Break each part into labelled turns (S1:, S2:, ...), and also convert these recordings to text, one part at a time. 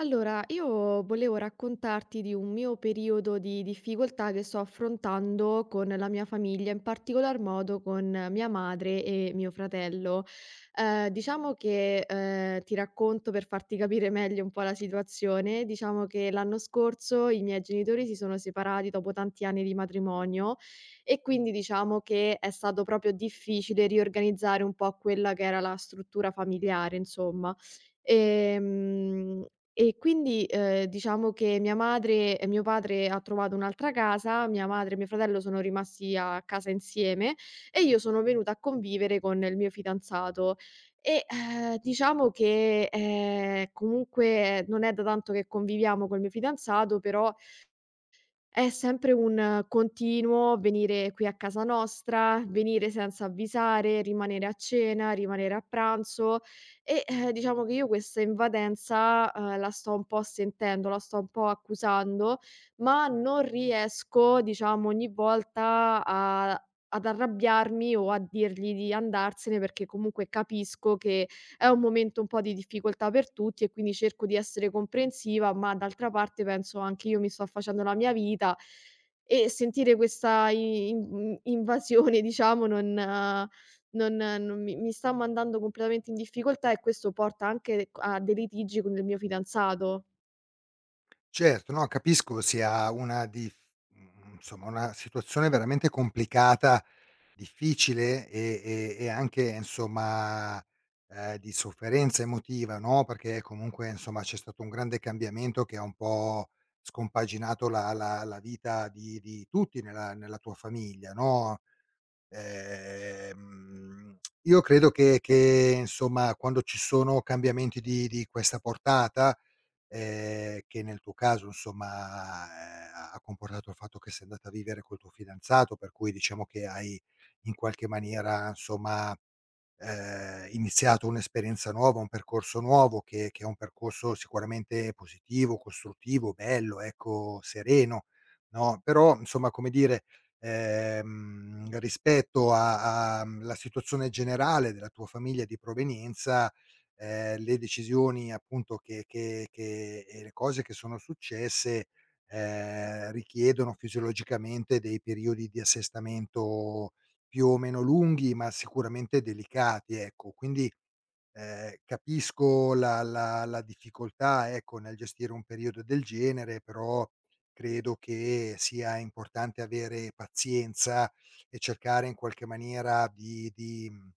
S1: Allora, io volevo raccontarti di un mio periodo di difficoltà che sto affrontando con la mia famiglia, in particolar modo con mia madre e mio fratello. Diciamo che, ti racconto per farti capire meglio un po' la situazione. Diciamo che l'anno scorso i miei genitori si sono separati dopo tanti anni di matrimonio e quindi diciamo che è stato proprio difficile riorganizzare un po' quella che era la struttura familiare, insomma. Ehm, e quindi diciamo che mia madre e mio padre ha trovato un'altra casa, mia madre e mio fratello sono rimasti a casa insieme e io sono venuta a convivere con il mio fidanzato. Diciamo che, comunque non è da tanto che conviviamo col mio fidanzato, però è sempre un continuo venire qui a casa nostra, venire senza avvisare, rimanere a cena, rimanere a pranzo e diciamo che io questa invadenza, la sto un po' sentendo, la sto un po' accusando, ma non riesco, diciamo, ogni volta a ad arrabbiarmi o a dirgli di andarsene perché comunque capisco che è un momento un po' di difficoltà per tutti e quindi cerco di essere comprensiva, ma d'altra parte penso anche io mi sto facendo la mia vita e sentire questa invasione, diciamo, non, non- non mi, mi sta mandando completamente in difficoltà e questo porta anche a dei litigi con il mio fidanzato.
S2: Certo, no, capisco sia una dif insomma una situazione veramente complicata, difficile e anche insomma, di sofferenza emotiva, no, perché comunque insomma c'è stato un grande cambiamento che ha un po' scompaginato la vita di tutti nella tua famiglia, no. Ehm, io credo che insomma quando ci sono cambiamenti di questa portata che nel tuo caso insomma, ha comportato il fatto che sei andata a vivere col tuo fidanzato, per cui diciamo che hai in qualche maniera insomma iniziato un'esperienza nuova, un percorso nuovo che è un percorso sicuramente positivo, costruttivo, bello, ecco, sereno, no, però insomma, come dire, rispetto a la situazione generale della tua famiglia di provenienza, le decisioni appunto che e le cose che sono successe, richiedono fisiologicamente dei periodi di assestamento più o meno lunghi, ma sicuramente delicati, ecco. Quindi, capisco la difficoltà, ecco, nel gestire un periodo del genere, però credo che sia importante avere pazienza e cercare in qualche maniera di mhmm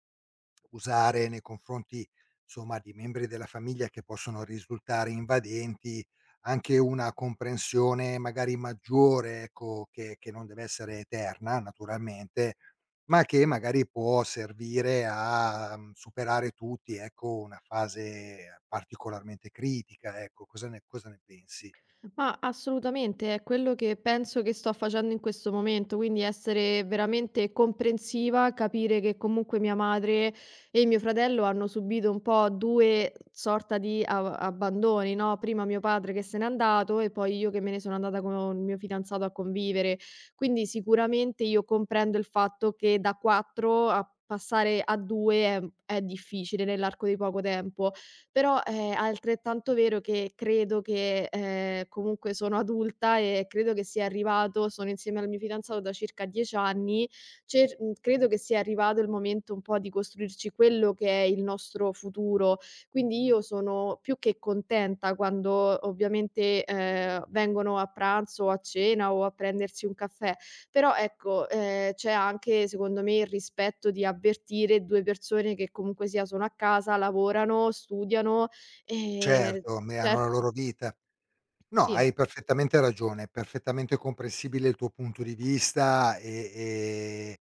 S2: usare nei confronti, insomma, di membri della famiglia che possono risultare invadenti, anche una comprensione magari maggiore, ecco, che non deve essere eterna naturalmente, ma che magari può servire a, mhmm, superare tutti, ecco, una fase particolarmente critica, ecco. Cosa ne pensi?
S1: Ma assolutamente, è quello che penso che sto facendo in questo momento, quindi essere veramente comprensiva, capire che comunque mia madre e mio fratello hanno subito un po' due sorta di abbandoni, no? Prima mio padre che se n'è andato e poi io che me ne sono andata con il mio fidanzato a convivere. Quindi sicuramente io comprendo il fatto che da quattro a passare a due è difficile nell'arco di poco tempo, però è altrettanto vero che credo che, comunque sono adulta e credo che sia arrivato, sono insieme al mio fidanzato da circa 10 anni, credo che sia arrivato il momento un po' di costruirci quello che è il nostro futuro. Quindi io sono più che contenta quando ovviamente, vengono a pranzo o a cena o a prendersi un caffè, però ecco, c'è anche secondo me il rispetto di avvertire 2 persone che comunque sia sono a casa, lavorano, studiano, ehm,
S2: Certo, me hanno
S1: cer
S2: la loro vita. No,
S1: sì.
S2: hai perfettamente ragione, è perfettamente comprensibile il tuo punto di vista e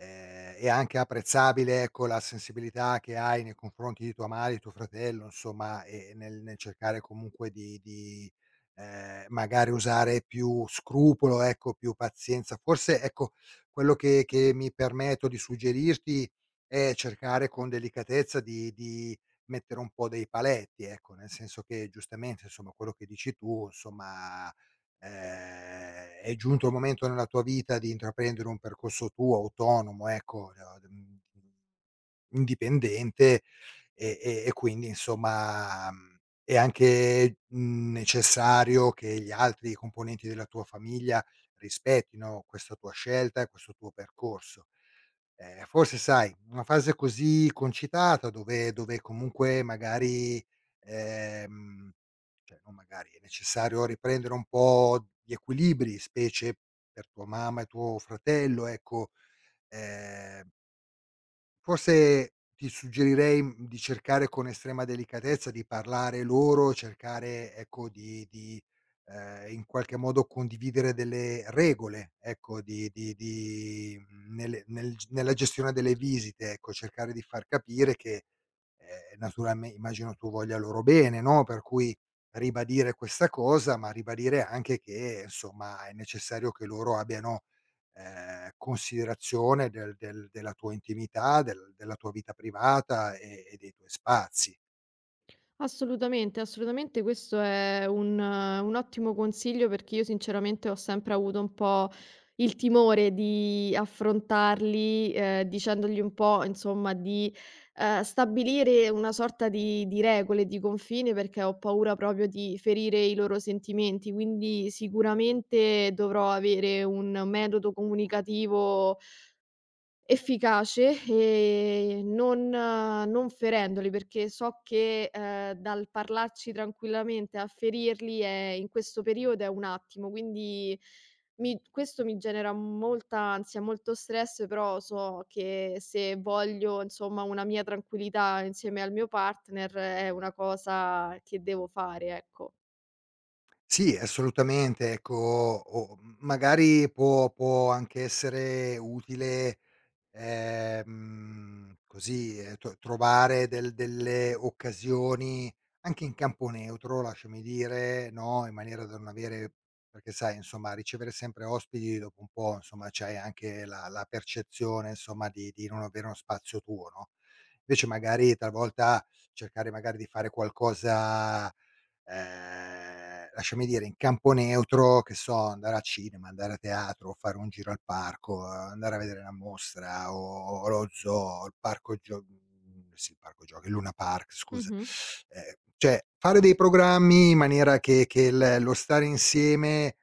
S2: È anche apprezzabile, ecco, la sensibilità che hai nei confronti di tua madre, di tuo fratello, insomma, e nel cercare comunque di, magari usare più scrupolo, ecco, più pazienza. Forse, ecco, quello che mi permetto di suggerirti è cercare con delicatezza di mettere un po' dei paletti, ecco, nel senso che giustamente, insomma, quello che dici tu, insomma è giunto il momento nella tua vita di intraprendere un percorso tuo autonomo, ecco, indipendente e quindi insomma, mhmm, è anche, mhmm, necessario che gli altri componenti della tua famiglia rispettino questa tua scelta e questo tuo percorso. Forse sai, una fase così concitata dove comunque magari, ehm cioè, no, magari è necessario riprendere un po' gli equilibri, specie per tua mamma e tuo fratello, ecco. Ehm, Forse ti suggerirei, mhmm, di cercare con estrema delicatezza di parlare loro, cercare, ecco, di, in qualche modo condividere delle regole, ecco, di nelle nel g nella gestione delle visite, ecco, cercare di far capire che naturalme immagino tu voglia loro bene, no, per cui ribadire questa cosa, ma ribadire anche che, insomma, è necessario che loro abbiano, considerazione del della tua intimità, della tua vita privata e dei tuoi spazi.
S1: Assolutamente, assolutamente questo è un ottimo consiglio perché io sinceramente ho sempre avuto un po' il timore di affrontarli, dicendogli un po' insomma di, stabilire una sorta di regole, di confine, perché ho paura proprio di ferire i loro sentimenti. Quindi sicuramente dovrò avere un metodo comunicativo efficace e non ferendoli, perché so che, dal parlarci tranquillamente a ferirli è in questo periodo è un attimo, quindi mi questo mi genera molta ansia, molto stress, però so che se voglio, insomma, una mia tranquillità insieme al mio partner è una cosa che devo fare, ecco.
S2: Sì, assolutamente, ecco, o magari può anche essere utile così, tro trovare delle occasioni anche in campo neutro, lasciami dire, no, in maniera da non avere perché sai insomma ricevere sempre ospiti dopo un po' insomma c'hai anche la percezione insomma di non avere uno spazio tuo, no, invece magari talvolta cercare magari di fare qualcosa lasciami dire, in campo neutro, che so, andare al cinema, andare a teatro, fare un giro al parco, andare a vedere una mostra o lo zoo, il parco gio mhmm, sì, il parco giochi, il Luna Park scusa.
S1: Mh-mh.
S2: Cioè fare dei programmi in maniera che il lo stare insieme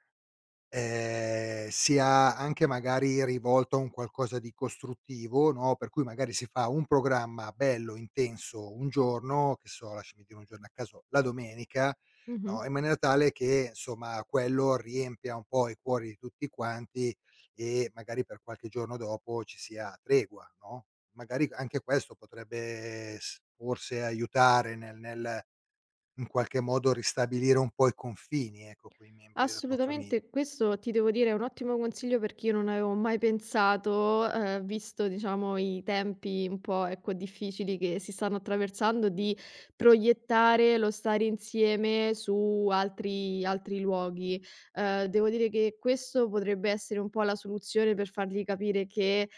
S2: Sia anche magari rivolto a un qualcosa di costruttivo, no, per cui magari si fa un programma bello, intenso un giorno, che so, lasciami dire un giorno a caso, la domenica,
S1: Mh-mh.
S2: no, in maniera tale che insomma quello riempia un po' i cuori di tutti quanti e magari per qualche giorno dopo ci sia tregua, no, magari anche questo potrebbe s forse aiutare nel in qualche modo ristabilire un po' i confini, ecco, coi membri della tua famiglia.
S1: Assolutamente, questo ti devo dire è un ottimo consiglio perché io non avevo mai pensato, visto diciamo i tempi un po', ecco, difficili che si stanno attraversando, di proiettare lo stare insieme su altri luoghi. Devo dire che questo potrebbe essere un po' la soluzione per fargli capire che,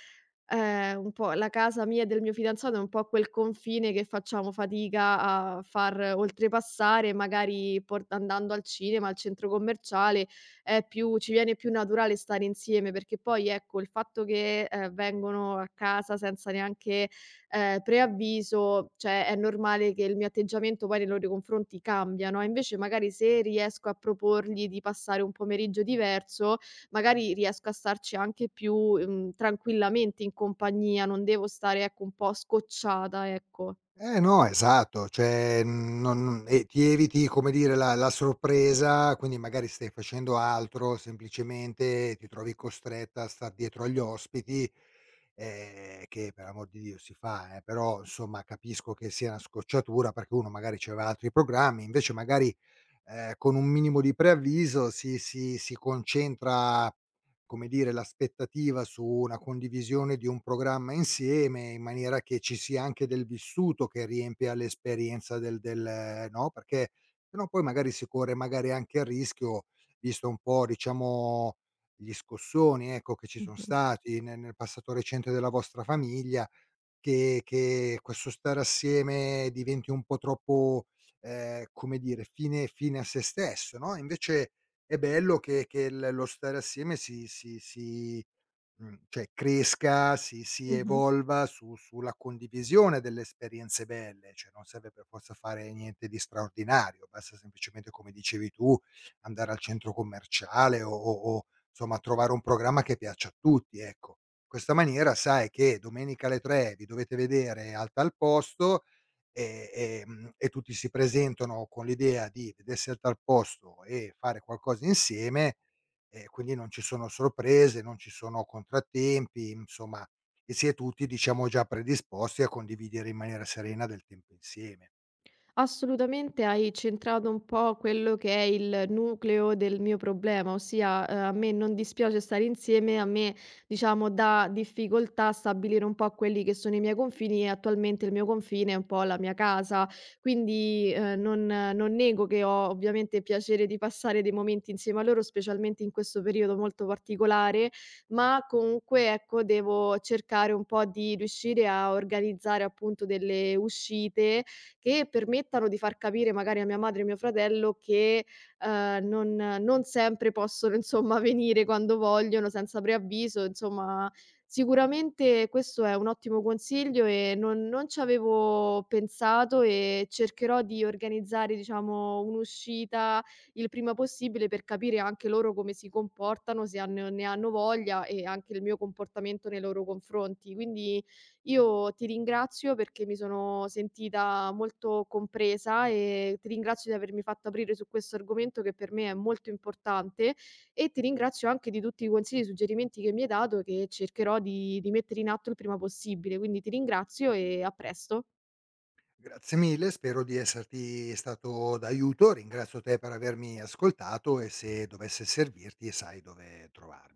S1: Un po' la casa mia e del mio fidanzato è un po' quel confine che facciamo fatica a far oltrepassare, magari port andando al cinema, al centro commerciale, è più ci viene più naturale stare insieme, perché poi, ecco, il fatto che, vengono a casa senza neanche, preavviso, cioè è normale che il mio atteggiamento poi nei loro confronti cambia, no, invece magari se riesco a proporgli di passare un pomeriggio diverso, magari riesco a starci anche più, tranquillamente in compagnia, non devo stare, ecco, un po' scocciata, ecco.
S2: Eh no, esatto, cioè, mhmm, non e ti eviti, come dire, la sorpresa, quindi magari stai facendo altro, semplicemente ti trovi costretta a star dietro agli ospiti, che per amor di Dio si fa, però insomma capisco che sia una scocciatura perché uno magari c'aveva altri programmi, invece magari, con un minimo di preavviso si concentra come dire, l'aspettativa su una condivisione di un programma insieme, in maniera che ci sia anche del vissuto che riempia l'esperienza del no, perché se no poi magari si corre magari anche il rischio, visto un po' diciamo gli scossoni, ecco, che ci son
S1: Mh-mh.
S2: stati ne nel passato recente della vostra famiglia che questo stare assieme diventi un po' troppo, come dire, fine a se stesso, no, invece è bello che l lo stare assieme si cioè cresca, si
S1: Mh-mh.
S2: evolva su sulla condivisione delle esperienze belle, cioè non serve per forza fare niente di straordinario, basta semplicemente, come dicevi tu, andare al centro commerciale o insomma trovare un programma che piaccia a tutti, ecco. In questa maniera sai che domenica alle 3 vi dovete vedere al tal posto, e e tutti si presentano con l'idea di vedersi al tal posto e fare qualcosa insieme e quindi non ci sono sorprese, non ci sono contrattempi, insomma, e si è tutti, diciamo, già predisposti a condividere in maniera serena del tempo insieme.
S1: Assolutamente hai centrato un po' quello che è il nucleo del mio problema, ossia, a me non dispiace stare insieme, a me diciamo dà difficoltà stabilire un po' quelli che sono i miei confini e attualmente il mio confine è un po' la mia casa. Quindi, non nego che ho ovviamente piacere di passare dei momenti insieme a loro, specialmente in questo periodo molto particolare, ma comunque ecco devo cercare un po' di riuscire a organizzare appunto delle uscite, che permettano di far capire magari a mia madre e mio fratello che, ehm, non non sempre possono insomma venire quando vogliono, senza preavviso, insomma sicuramente questo è un ottimo consiglio e non ci avevo pensato e cercherò di organizzare, diciamo, un'uscita il prima possibile per capire anche loro come si comportano, se hanno ne hanno voglia e anche il mio comportamento nei loro confronti. Quindi io ti ringrazio perché mi sono sentita molto compresa e ti ringrazio di avermi fatto aprire su questo argomento che per me è molto importante e ti ringrazio anche di tutti i consigli e suggerimenti che mi hai dato che cercherò di mettere in atto il prima possibile. Quindi ti ringrazio e a presto.
S2: Grazie mille, spero di esserti stato d'aiuto, ringrazio te per avermi ascoltato e se dovesse servirti sai dove trovarmi.